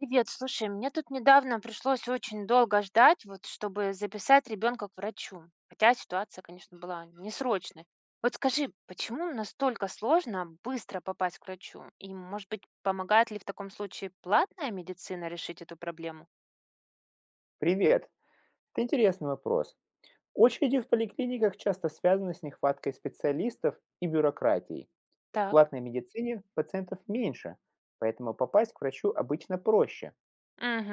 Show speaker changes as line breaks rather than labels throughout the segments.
Привет, слушай, мне тут недавно пришлось очень долго ждать, вот, чтобы записать ребенка к врачу. Хотя ситуация, конечно, была несрочной. Вот скажи, почему настолько сложно быстро попасть к врачу? И, может быть, помогает ли в таком случае платная медицина решить эту проблему?
Привет. Это интересный вопрос. Очереди в поликлиниках часто связаны с нехваткой специалистов и бюрократией. В
Так.
платной медицине пациентов меньше, поэтому попасть к врачу обычно проще.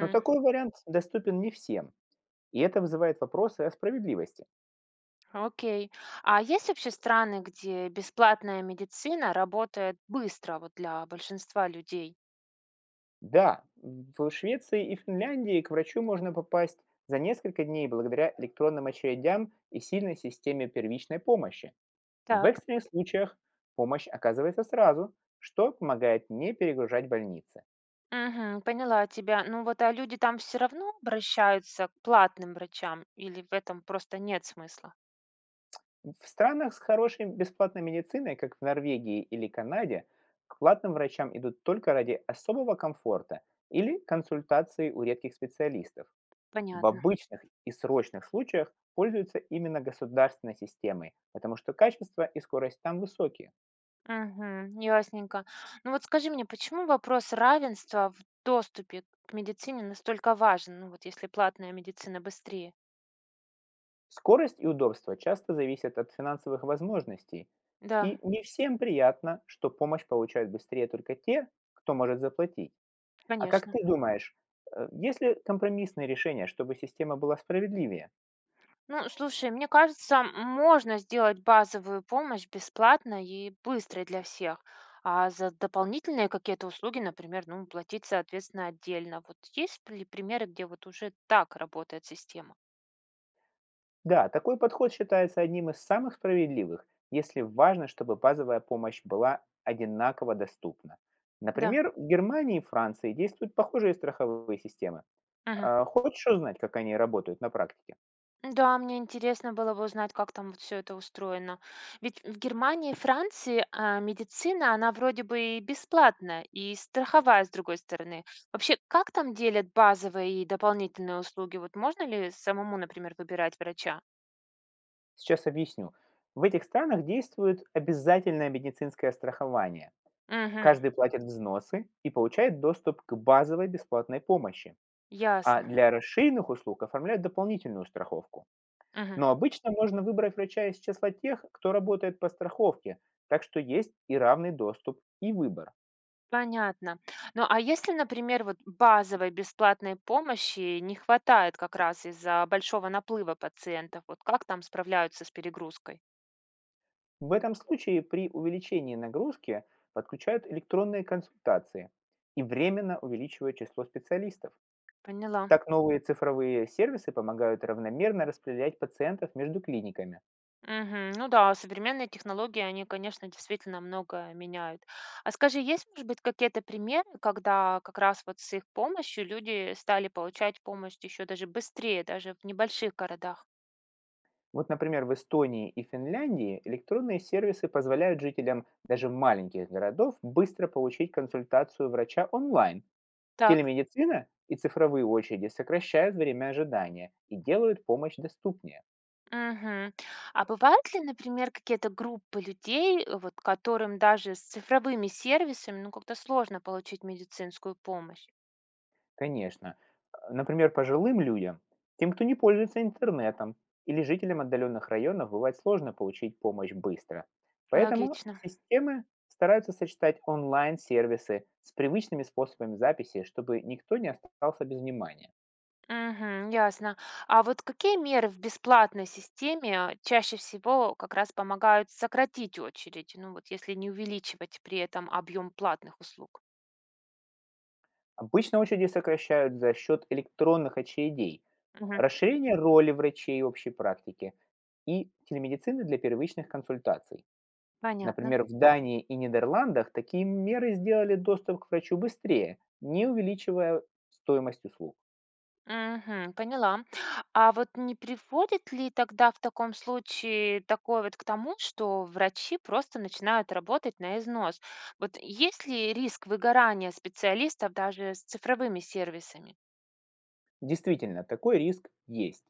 Но такой вариант доступен не всем, и это вызывает вопросы о справедливости.
Окей. А есть вообще страны, где бесплатная медицина работает быстро вот для большинства людей?
Да, в Швеции и Финляндии к врачу можно попасть за несколько дней благодаря электронным очередям и сильной системе первичной помощи. В
Так.
экстренных случаях помощь оказывается сразу, что помогает не перегружать больницы.
Мгм. Поняла тебя. Ну вот, а люди там все равно обращаются к платным врачам или в этом просто нет смысла?
В странах с хорошей бесплатной медициной, как в Норвегии или Канаде, к платным врачам идут только ради особого комфорта или консультации у редких специалистов. В
Понятно.
обычных и срочных случаях пользуются именно государственной системой, потому что качество и скорость там высокие.
Мгм. Ясненько. Ну вот скажи мне, почему вопрос равенства в доступе к медицине настолько важен? Ну вот если платная медицина быстрее.
Скорость и удобство часто зависят от финансовых возможностей,
Да,
и не всем приятно, что помощь получают быстрее только те, кто может заплатить. А как
конечно.
ты думаешь, есть ли компромиссные решения, чтобы система была справедливее?
Ну, слушай, мне кажется, можно сделать базовую помощь бесплатно и быстрой для всех, а за дополнительные какие-то услуги, например, ну, платить, соответственно, отдельно. Вот есть ли примеры, где вот уже так работает система?
Да, такой подход считается одним из самых справедливых, если важно, чтобы базовая помощь была одинаково доступна.
Да.
Например, в Германии и Франции действуют похожие страховые системы.
Мгм.
Хочешь узнать, как они работают на практике?
Да, мне интересно было бы узнать, как там вот все это устроено. Ведь в Германии и Франции медицина, она вроде бы и бесплатная, и страховая, с другой стороны. Вообще, как там делят базовые и дополнительные услуги? Вот можно ли самому, например, выбирать врача?
Сейчас объясню. В этих странах действует обязательное медицинское страхование.
Угу,
Каждый платит взносы и получает доступ к базовой бесплатной помощи. А
ясно.
для расширенных услуг оформляют дополнительную страховку.
Мгм.
Но обычно можно выбрать врача из числа тех, кто работает по страховке, так что есть и равный доступ, и выбор.
Понятно. Ну а если, например, вот базовой бесплатной помощи не хватает как раз из-за большого наплыва пациентов, вот как там справляются с перегрузкой?
В этом случае при увеличении нагрузки подключают электронные консультации и временно увеличивают число специалистов.
Поняла.
Так новые цифровые сервисы помогают равномерно распределять пациентов между клиниками.
Мгм. Ну да, современные технологии, они, конечно, действительно много меняют. А скажи, есть, может быть, какие-то примеры, когда как раз вот с их помощью люди стали получать помощь еще даже быстрее, даже в небольших городах?
Вот, например, в Эстонии и Финляндии электронные сервисы позволяют жителям даже маленьких городов быстро получить консультацию врача онлайн.
Так.
Телемедицина и цифровые очереди сокращают время ожидания и делают помощь доступнее.
Мгм. А бывают ли, например, какие-то группы людей, вот которым даже с цифровыми сервисами, ну, как-то сложно получить медицинскую помощь?
Конечно. Например, пожилым людям, тем, кто не пользуется интернетом, или жителям отдаленных районов бывает сложно получить помощь быстро. Поэтому
Логично.
системы стараются сочетать онлайн-сервисы с привычными способами записи, чтобы никто не остался без внимания.
Мгм. Ясно. А вот какие меры в бесплатной системе чаще всего как раз помогают сократить очередь, ну вот если не увеличивать при этом объем платных услуг?
Обычно очереди сокращают за счет электронных очередей,
Мгм.
расширения роли врачей общей практики и телемедицины для первичных консультаций.
Понятно.
Например, в Дании и Нидерландах такие меры сделали доступ к врачу быстрее, не увеличивая стоимость услуг.
Мгм. Поняла. А вот не приводит ли тогда в таком случае такое вот к тому, что врачи просто начинают работать на износ? Вот есть ли риск выгорания специалистов даже с цифровыми сервисами?
Действительно, такой риск есть.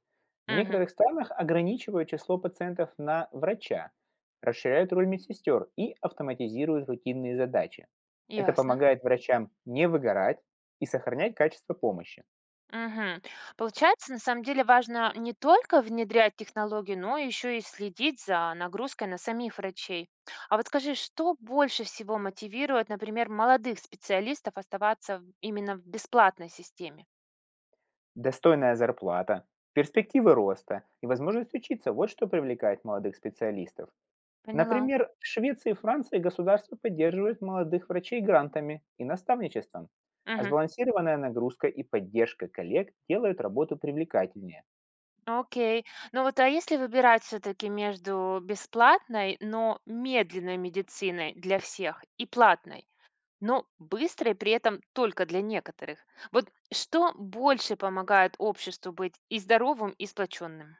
В
Мгм.
некоторых странах ограничивают число пациентов на врача, расширяют роль медсестер и автоматизируют рутинные задачи. Это
Ясно.
помогает врачам не выгорать и сохранять качество помощи.
Мгм. Получается, на самом деле важно не только внедрять технологии, но еще и следить за нагрузкой на самих врачей. А вот скажи, что больше всего мотивирует, например, молодых специалистов оставаться в- именно в бесплатной системе?
Достойная зарплата, перспективы роста и возможность учиться– вот что привлекает молодых специалистов.
Поняла.
Например, в Швеции и Франции государство поддерживает молодых врачей грантами и наставничеством, а
Мгм.
сбалансированная нагрузка и поддержка коллег делают работу привлекательнее.
Окей. Ну вот, а если выбирать все-таки между бесплатной, но медленной медициной для всех и платной, но быстро и при этом только для некоторых. Вот что больше помогает обществу быть и здоровым, и сплоченным?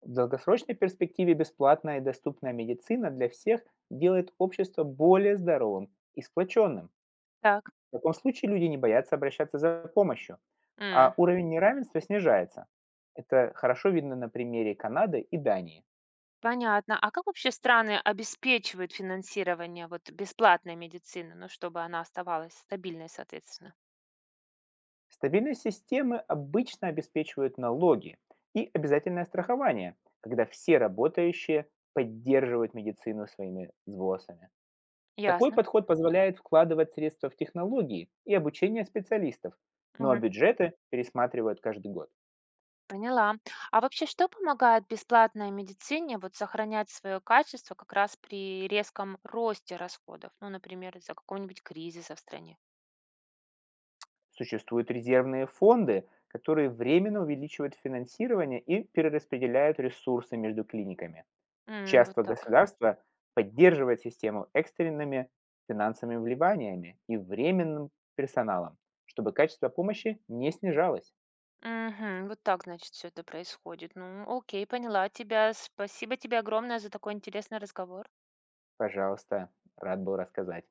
В долгосрочной перспективе бесплатная и доступная медицина для всех делает общество более здоровым и сплоченным.
Так,
В таком случае люди не боятся обращаться за помощью, а
м,
уровень неравенства снижается. Это хорошо видно на примере Канады и Дании.
понятно. А как вообще страны обеспечивают финансирование вот бесплатной медицины, ну, чтобы она оставалась стабильной, соответственно?
Стабильность системы обычно обеспечивают налоги и обязательное страхование, когда все работающие поддерживают медицину своими взносами. Такой
Ясно.
подход позволяет вкладывать средства в технологии и обучение специалистов, но
Мгм.
бюджеты пересматривают каждый год.
Поняла. А вообще, что помогает бесплатной медицине вот сохранять свое качество как раз при резком росте расходов? Ну, например, из-за какого-нибудь кризиса в стране.
Существуют резервные фонды, которые временно увеличивают финансирование и перераспределяют ресурсы между клиниками.
М, вот
Часто
так.
государство поддерживает систему экстренными финансовыми вливаниями и временным персоналом, чтобы качество помощи не снижалось.
Мгм. Вот так, значит, все это происходит. Ну, окей, поняла тебя. Спасибо тебе огромное за такой интересный разговор.
Пожалуйста, рад был рассказать.